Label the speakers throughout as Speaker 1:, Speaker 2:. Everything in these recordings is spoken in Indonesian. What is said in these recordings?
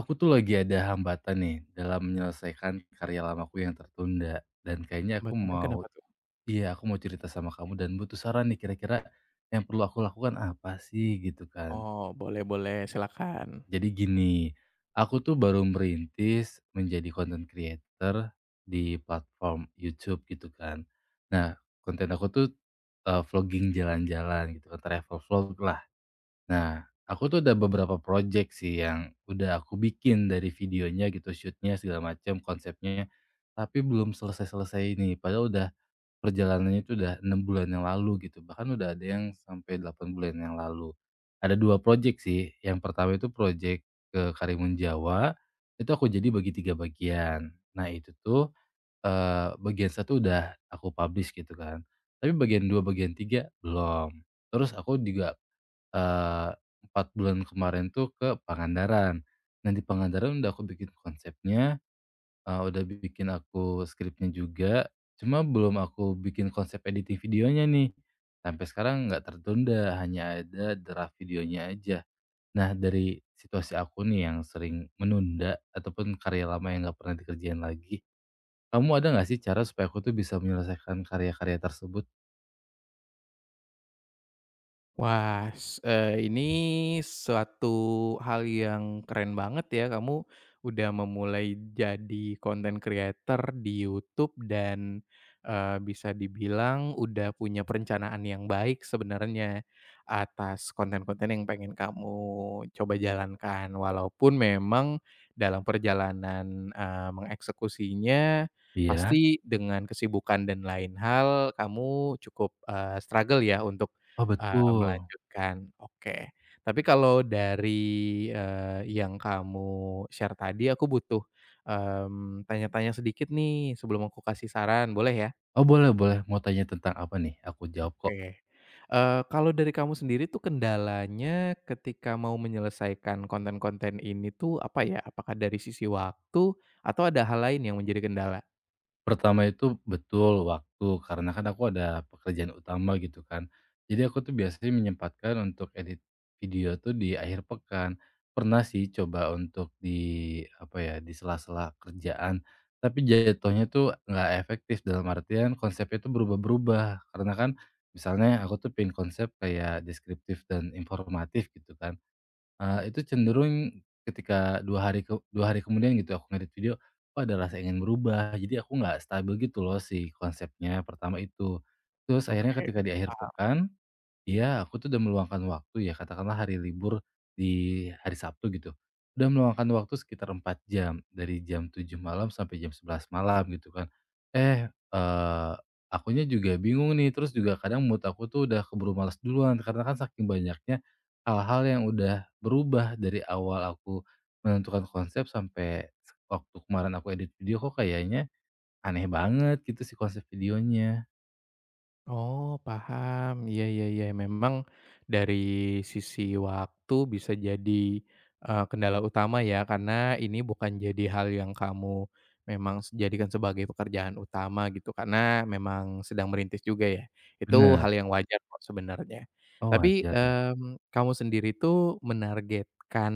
Speaker 1: Aku tuh lagi ada hambatan nih dalam menyelesaikan karya lamaku yang tertunda dan kayaknya aku
Speaker 2: Hambatannya
Speaker 1: mau
Speaker 2: kenapa tuh?
Speaker 1: iya aku mau cerita sama kamu dan butuh saran nih kira-kira yang perlu aku lakukan apa sih gitu kan.
Speaker 2: Oh, boleh boleh, silakan.
Speaker 1: Jadi gini, aku tuh baru merintis menjadi content creator di platform YouTube gitu kan. Nah, konten aku tuh vlogging jalan-jalan gitu kan, travel vlog lah. Nah, aku tuh ada beberapa project sih yang udah aku bikin dari videonya gitu, shootnya segala macam, konsepnya, tapi belum selesai-selesai ini. Padahal udah perjalanannya itu udah 6 bulan yang lalu gitu, bahkan udah ada yang sampai 8 bulan yang lalu. Ada dua project sih, yang pertama itu project ke Karimun Jawa, itu aku jadi bagi tiga bagian. Nah itu tuh bagian satu udah aku publish gitu kan, tapi bagian dua, bagian tiga belum. Terus aku juga Eee, 4 bulan kemarin tuh ke Pangandaran. Nah, di Pangandaran udah aku bikin konsepnya, udah bikin aku skripnya juga, cuma belum aku bikin konsep editing videonya nih. Sampai sekarang nggak tertunda, hanya ada draft videonya aja. Nah, dari situasi aku nih yang sering menunda ataupun karya lama yang nggak pernah dikerjain lagi, kamu ada nggak sih cara supaya aku tuh bisa menyelesaikan karya-karya tersebut?
Speaker 2: Ini suatu hal yang keren banget ya, kamu udah memulai jadi content creator di YouTube dan bisa dibilang udah punya perencanaan yang baik sebenarnya atas konten-konten yang pengen kamu coba jalankan. Walaupun memang dalam perjalanan mengeksekusinya
Speaker 1: Iya?
Speaker 2: pasti dengan kesibukan dan lain hal kamu cukup struggle ya untuk
Speaker 1: Oh, betul.
Speaker 2: Melanjutkan, oke. Tapi kalau dari yang kamu share tadi aku butuh tanya-tanya sedikit nih sebelum aku kasih saran, boleh ya?
Speaker 1: Oh, boleh boleh, mau tanya tentang apa nih? Aku jawab kok.
Speaker 2: Oke. Kalau dari kamu sendiri tuh kendalanya ketika mau menyelesaikan konten-konten ini tuh apa ya? Apakah dari sisi waktu atau ada hal lain yang menjadi kendala?
Speaker 1: Pertama itu betul waktu, karena kan aku ada pekerjaan utama gitu kan. Jadi aku tuh biasanya menyempatkan untuk edit video tuh di akhir pekan. Pernah sih coba untuk di apa ya, di sela-sela kerjaan, tapi jatuhnya tuh nggak efektif dalam artian konsepnya tuh berubah-berubah. Karena kan misalnya aku tuh pengen konsep kayak deskriptif dan informatif gitu kan. Itu cenderung ketika 2 hari ke 2 hari kemudian gitu aku ngedit video, kok ada rasa ingin berubah. Jadi aku nggak stabil gitu loh si konsepnya, pertama itu. Terus
Speaker 2: Oke.
Speaker 1: akhirnya ketika di akhir pekan iya, aku tuh udah meluangkan waktu ya, katakanlah hari libur di hari Sabtu gitu. Udah meluangkan waktu sekitar 4 jam, dari jam 7 malam sampai jam 11 malam gitu kan. Eh, eee, akunya juga bingung nih, terus juga kadang mood aku tuh udah keburu malas duluan, karena kan saking banyaknya hal-hal yang udah berubah dari awal aku menentukan konsep sampai waktu kemarin aku edit video kok kayaknya aneh banget gitu si konsep videonya.
Speaker 2: Oh, paham. Iya iya iya, memang dari sisi waktu bisa jadi kendala utama ya, karena ini bukan jadi hal yang kamu memang jadikan sebagai pekerjaan utama gitu, karena memang sedang merintis juga ya. Itu
Speaker 1: Bener.
Speaker 2: hal yang wajar kok sebenarnya.
Speaker 1: Oh,
Speaker 2: Tapi,
Speaker 1: wajar ya?
Speaker 2: mmm, kamu sendiri tuh menargetkan,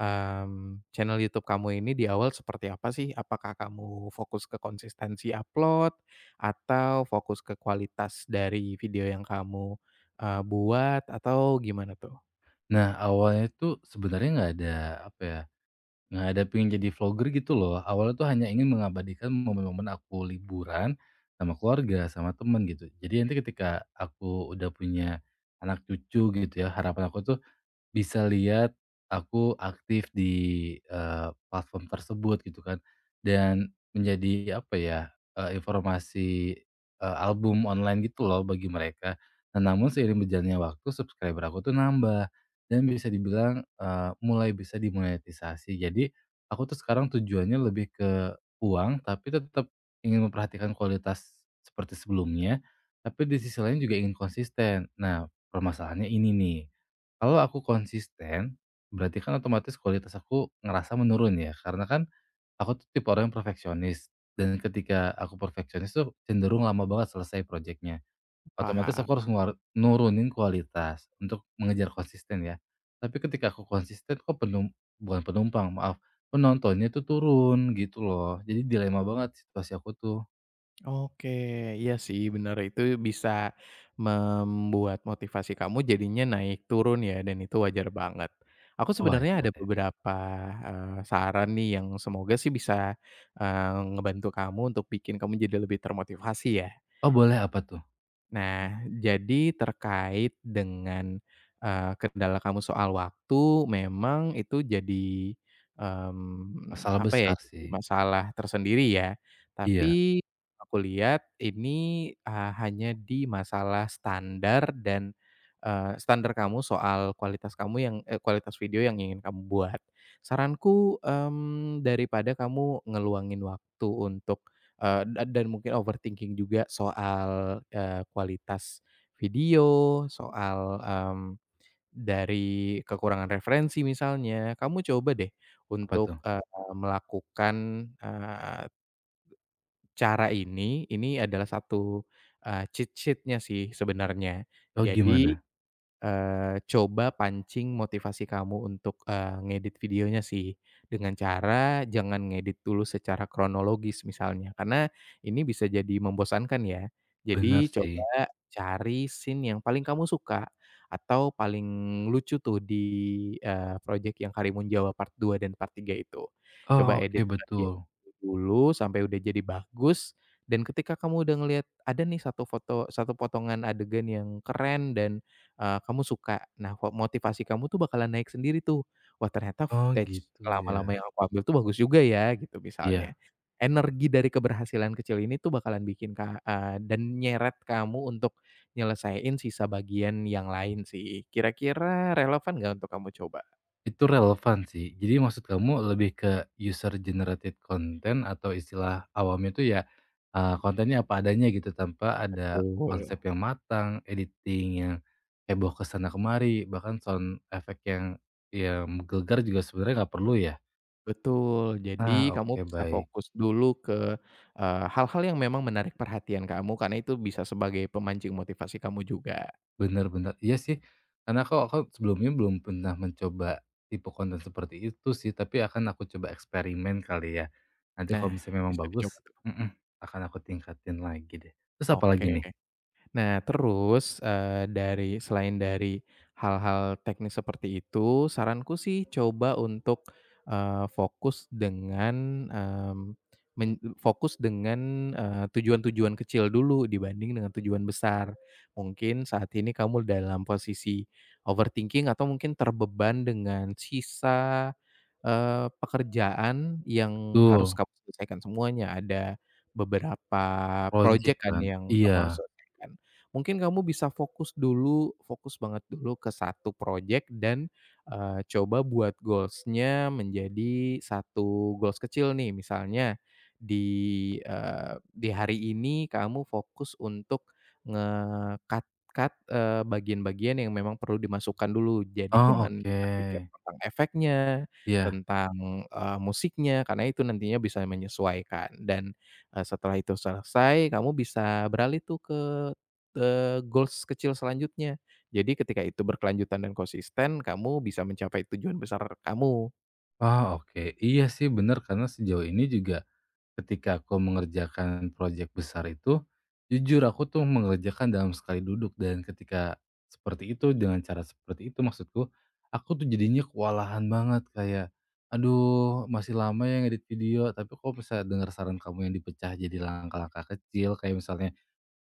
Speaker 2: mmm, channel YouTube kamu ini di awal seperti apa sih? Apakah kamu fokus ke konsistensi upload? Atau fokus ke kualitas dari video yang kamu buat atau gimana tuh?
Speaker 1: Nah, awalnya tuh sebenarnya nggak ada, apa ya, nggak ada pengen jadi vlogger gitu loh. Awalnya tuh hanya ingin mengabadikan momen-momen aku liburan sama keluarga, sama temen gitu. Jadi nanti ketika aku udah punya anak cucu gitu ya, harapan aku tuh bisa lihat aku aktif di, platform tersebut gitu kan dan menjadi apa ya, informasi, album online gitu loh bagi mereka. Nah, namun seiring berjalannya waktu subscriber aku tuh nambah dan bisa dibilang, mulai bisa dimonetisasi. Jadi, aku tuh sekarang tujuannya lebih ke uang, tapi tetap ingin memperhatikan kualitas seperti sebelumnya, tapi di sisi lain juga ingin konsisten. Nah, permasalahannya ini nih, kalau aku konsisten, berarti kan otomatis kualitas aku ngerasa menurun ya, karena kan aku tuh tipe orang yang perfeksionis, dan ketika aku perfeksionis tuh cenderung lama banget selesai proyeknya. Otomatis
Speaker 2: Paham.
Speaker 1: aku harus nurunin kualitas untuk mengejar konsisten ya. Tapi ketika aku konsisten kok bukan penumpang, maaf, penontonnya tuh turun gitu loh. Jadi dilema banget situasi aku tuh.
Speaker 2: Oke, iya sih benar itu bisa membuat motivasi kamu jadinya naik turun ya dan itu wajar banget. Aku
Speaker 1: Oh wajar
Speaker 2: sebenarnya ada
Speaker 1: ya?
Speaker 2: beberapa saran nih yang semoga sih bisa ngebantu kamu untuk bikin kamu jadi lebih termotivasi ya.
Speaker 1: Oh boleh apa tuh?
Speaker 2: Nah, jadi terkait dengan kendala kamu soal waktu, memang itu jadi
Speaker 1: Masalah
Speaker 2: apa ya,
Speaker 1: besar
Speaker 2: jadi
Speaker 1: sih.
Speaker 2: masalah tersendiri ya.
Speaker 1: Iya,
Speaker 2: Tapi aku lihat ini hanya di masalah standar dan standar kamu soal kualitas kamu yang kualitas video yang ingin kamu buat. Saranku, daripada kamu ngeluangin waktu untuk Eee, da dan mungkin overthinking juga soal kualitas video, dari kekurangan referensi misalnya. Kamu coba deh
Speaker 1: apa
Speaker 2: untuk,
Speaker 1: tuh?
Speaker 2: eee, melakukan, eee, cara ini adalah satu cheat sheet-nya sih sebenarnya.
Speaker 1: Oh
Speaker 2: Jadi
Speaker 1: gimana?
Speaker 2: Coba pancing motivasi kamu untuk ngedit videonya sih, dengan cara jangan ngedit dulu secara kronologis misalnya, karena ini bisa jadi membosankan ya.
Speaker 1: Benar
Speaker 2: Jadi
Speaker 1: sih.
Speaker 2: coba cari scene yang paling kamu suka atau paling lucu tuh di project yang Karimun Jawa Part 2 dan Part 3 itu.
Speaker 1: Oh
Speaker 2: Coba edit
Speaker 1: oke
Speaker 2: bagian
Speaker 1: betul.
Speaker 2: itu dulu sampai udah jadi bagus dan ketika kamu udah ngelihat ada nih satu foto satu potongan adegan yang keren dan kamu suka. Nah, kok motivasi kamu tuh bakalan naik sendiri tuh. Wah, ternyata
Speaker 1: Oh
Speaker 2: footage
Speaker 1: gitu ya.
Speaker 2: lama-lama yang aku ambil tuh bagus juga ya, gitu misalnya.
Speaker 1: Iya.
Speaker 2: Energi dari keberhasilan kecil ini tuh bakalan dan nyeret kamu untuk nyelesain sisa bagian yang lain sih. Kira-kira relevan nggak untuk kamu coba?
Speaker 1: Itu relevan sih. Jadi maksud kamu lebih ke user generated content atau istilah awamnya itu ya, kontennya apa adanya gitu tanpa ada
Speaker 2: Betul,
Speaker 1: konsep yang matang, editing yang heboh ke sana kemari, bahkan sound effect yang menggelegar juga sebenarnya nggak perlu ya?
Speaker 2: betul. Jadi
Speaker 1: Ah,
Speaker 2: kamu
Speaker 1: oke
Speaker 2: bisa
Speaker 1: baik.
Speaker 2: fokus dulu ke hal-hal yang memang menarik perhatian kamu, karena itu bisa sebagai pemancing motivasi kamu juga.
Speaker 1: Bener bener. Iya sih, karena aku sebelumnya belum pernah mencoba tipe konten seperti itu sih, tapi akan aku coba eksperimen kali ya. Nanti kalau
Speaker 2: Nah,
Speaker 1: misalnya memang
Speaker 2: bisa dicoba
Speaker 1: bagus
Speaker 2: tuh.
Speaker 1: mhm, akan aku tingkatin lagi deh. Terus apalagi
Speaker 2: Oke.
Speaker 1: nih?
Speaker 2: Nah, terus dari selain dari hal-hal teknis seperti itu, saranku sih coba untuk fokus dengan, mmm, men fokus dengan tujuan-tujuan kecil dulu dibanding dengan tujuan besar. Mungkin saat ini kamu dalam posisi overthinking atau mungkin terbeban dengan sisa pekerjaan yang harus
Speaker 1: Betul,
Speaker 2: kamu selesaikan semuanya, ada beberapa
Speaker 1: project
Speaker 2: projek kan
Speaker 1: kan?
Speaker 2: yang
Speaker 1: Iya.
Speaker 2: kamu harus selesaikan. Mungkin kamu bisa fokus dulu, fokus banget dulu ke satu projek dan coba buat goals-nya menjadi satu goals kecil nih, misalnya di di hari ini kamu fokus untuk nge-cut bagian-bagian yang memang perlu dimasukkan dulu. Jadi
Speaker 1: Oh,
Speaker 2: jangan
Speaker 1: oke.
Speaker 2: berpikir tentang efeknya,
Speaker 1: Iya.
Speaker 2: tentang musiknya, karena itu nantinya bisa menyesuaikan dan setelah itu selesai kamu bisa beralih tuh ke goals kecil selanjutnya. Jadi ketika itu berkelanjutan dan konsisten, kamu bisa mencapai tujuan besar kamu.
Speaker 1: Oh, oke. Iya sih bener karena sejauh ini juga ketika aku mengerjakan proyek besar itu, jujur aku tuh mengerjakan dalam sekali duduk dan ketika seperti itu dengan cara seperti itu maksudku, aku tuh jadinya kewalahan banget kayak, aduh masih lama ya ngedit video tapi kok bisa dengar saran kamu yang dipecah jadi langkah-langkah kecil kayak misalnya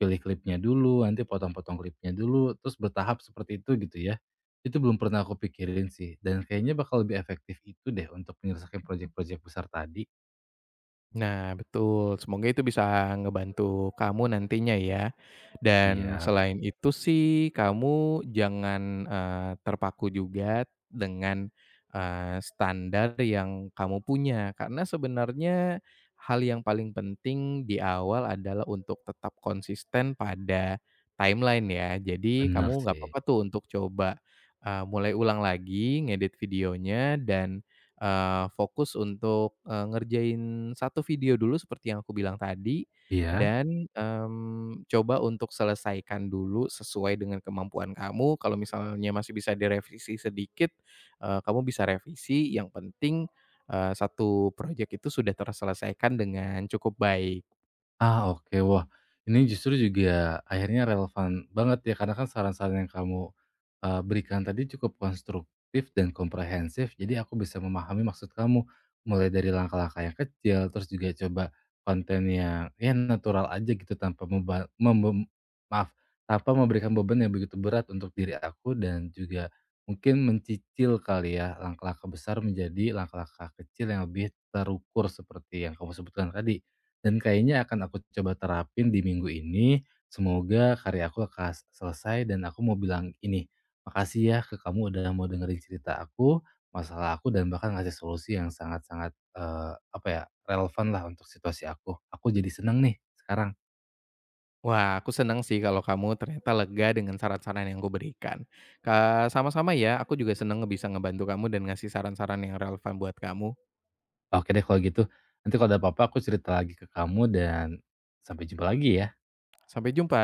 Speaker 1: pilih klipnya dulu, nanti potong-potong klipnya dulu, terus bertahap seperti itu gitu ya. Itu belum pernah aku pikirin sih dan kayaknya bakal lebih efektif itu deh untuk menyelesaikan proyek-proyek besar tadi.
Speaker 2: Nah betul, semoga itu bisa ngebantu kamu nantinya ya. Dan
Speaker 1: Iya,
Speaker 2: selain itu sih kamu jangan terpaku juga dengan standar yang kamu punya, karena sebenarnya hal yang paling penting di awal adalah untuk tetap konsisten pada timeline ya. Jadi
Speaker 1: benar
Speaker 2: kamu nggak
Speaker 1: sih.
Speaker 2: apa-apa tuh untuk coba mulai ulang lagi ngedit videonya dan fokus untuk ngerjain satu video dulu seperti yang aku bilang tadi
Speaker 1: Iya?
Speaker 2: dan coba untuk selesaikan dulu sesuai dengan kemampuan kamu, kalau misalnya masih bisa direvisi sedikit, kamu bisa revisi, yang penting, 1 project itu sudah terselesaikan dengan cukup baik.
Speaker 1: Ah, oke. Wah, ini justru juga akhirnya relevan banget ya, karena kan saran-saran yang kamu, berikan tadi cukup konstruktif dan komprehensif, jadi aku bisa memahami maksud kamu. Mulai dari langkah-langkah yang kecil, terus juga coba konten yang ya natural aja gitu tanpa meba memem maaf, tanpa memberikan beban yang begitu berat untuk diri aku dan juga mungkin mencicil kali ya langkah-langkah besar menjadi langkah-langkah kecil yang lebih terukur seperti yang kamu sebutkan tadi. Dan kayaknya akan aku coba terapin di minggu ini. Semoga karya aku akan selesai dan aku mau bilang ini, makasih ya ke kamu udah mau dengerin cerita aku, masalah aku dan bahkan ngasih solusi yang sangat-sangat, apa ya, relevan lah untuk situasi aku. Aku jadi seneng nih sekarang.
Speaker 2: Wah, aku senang sih kalau kamu ternyata lega dengan saran-saran yang kuberikan. Sama-sama ya, aku juga senang bisa ngebantu kamu dan ngasih saran-saran yang relevan buat kamu.
Speaker 1: Oke deh kalau gitu, nanti kalau ada apa-apa aku cerita lagi ke kamu dan sampai jumpa lagi ya.
Speaker 2: Sampai jumpa.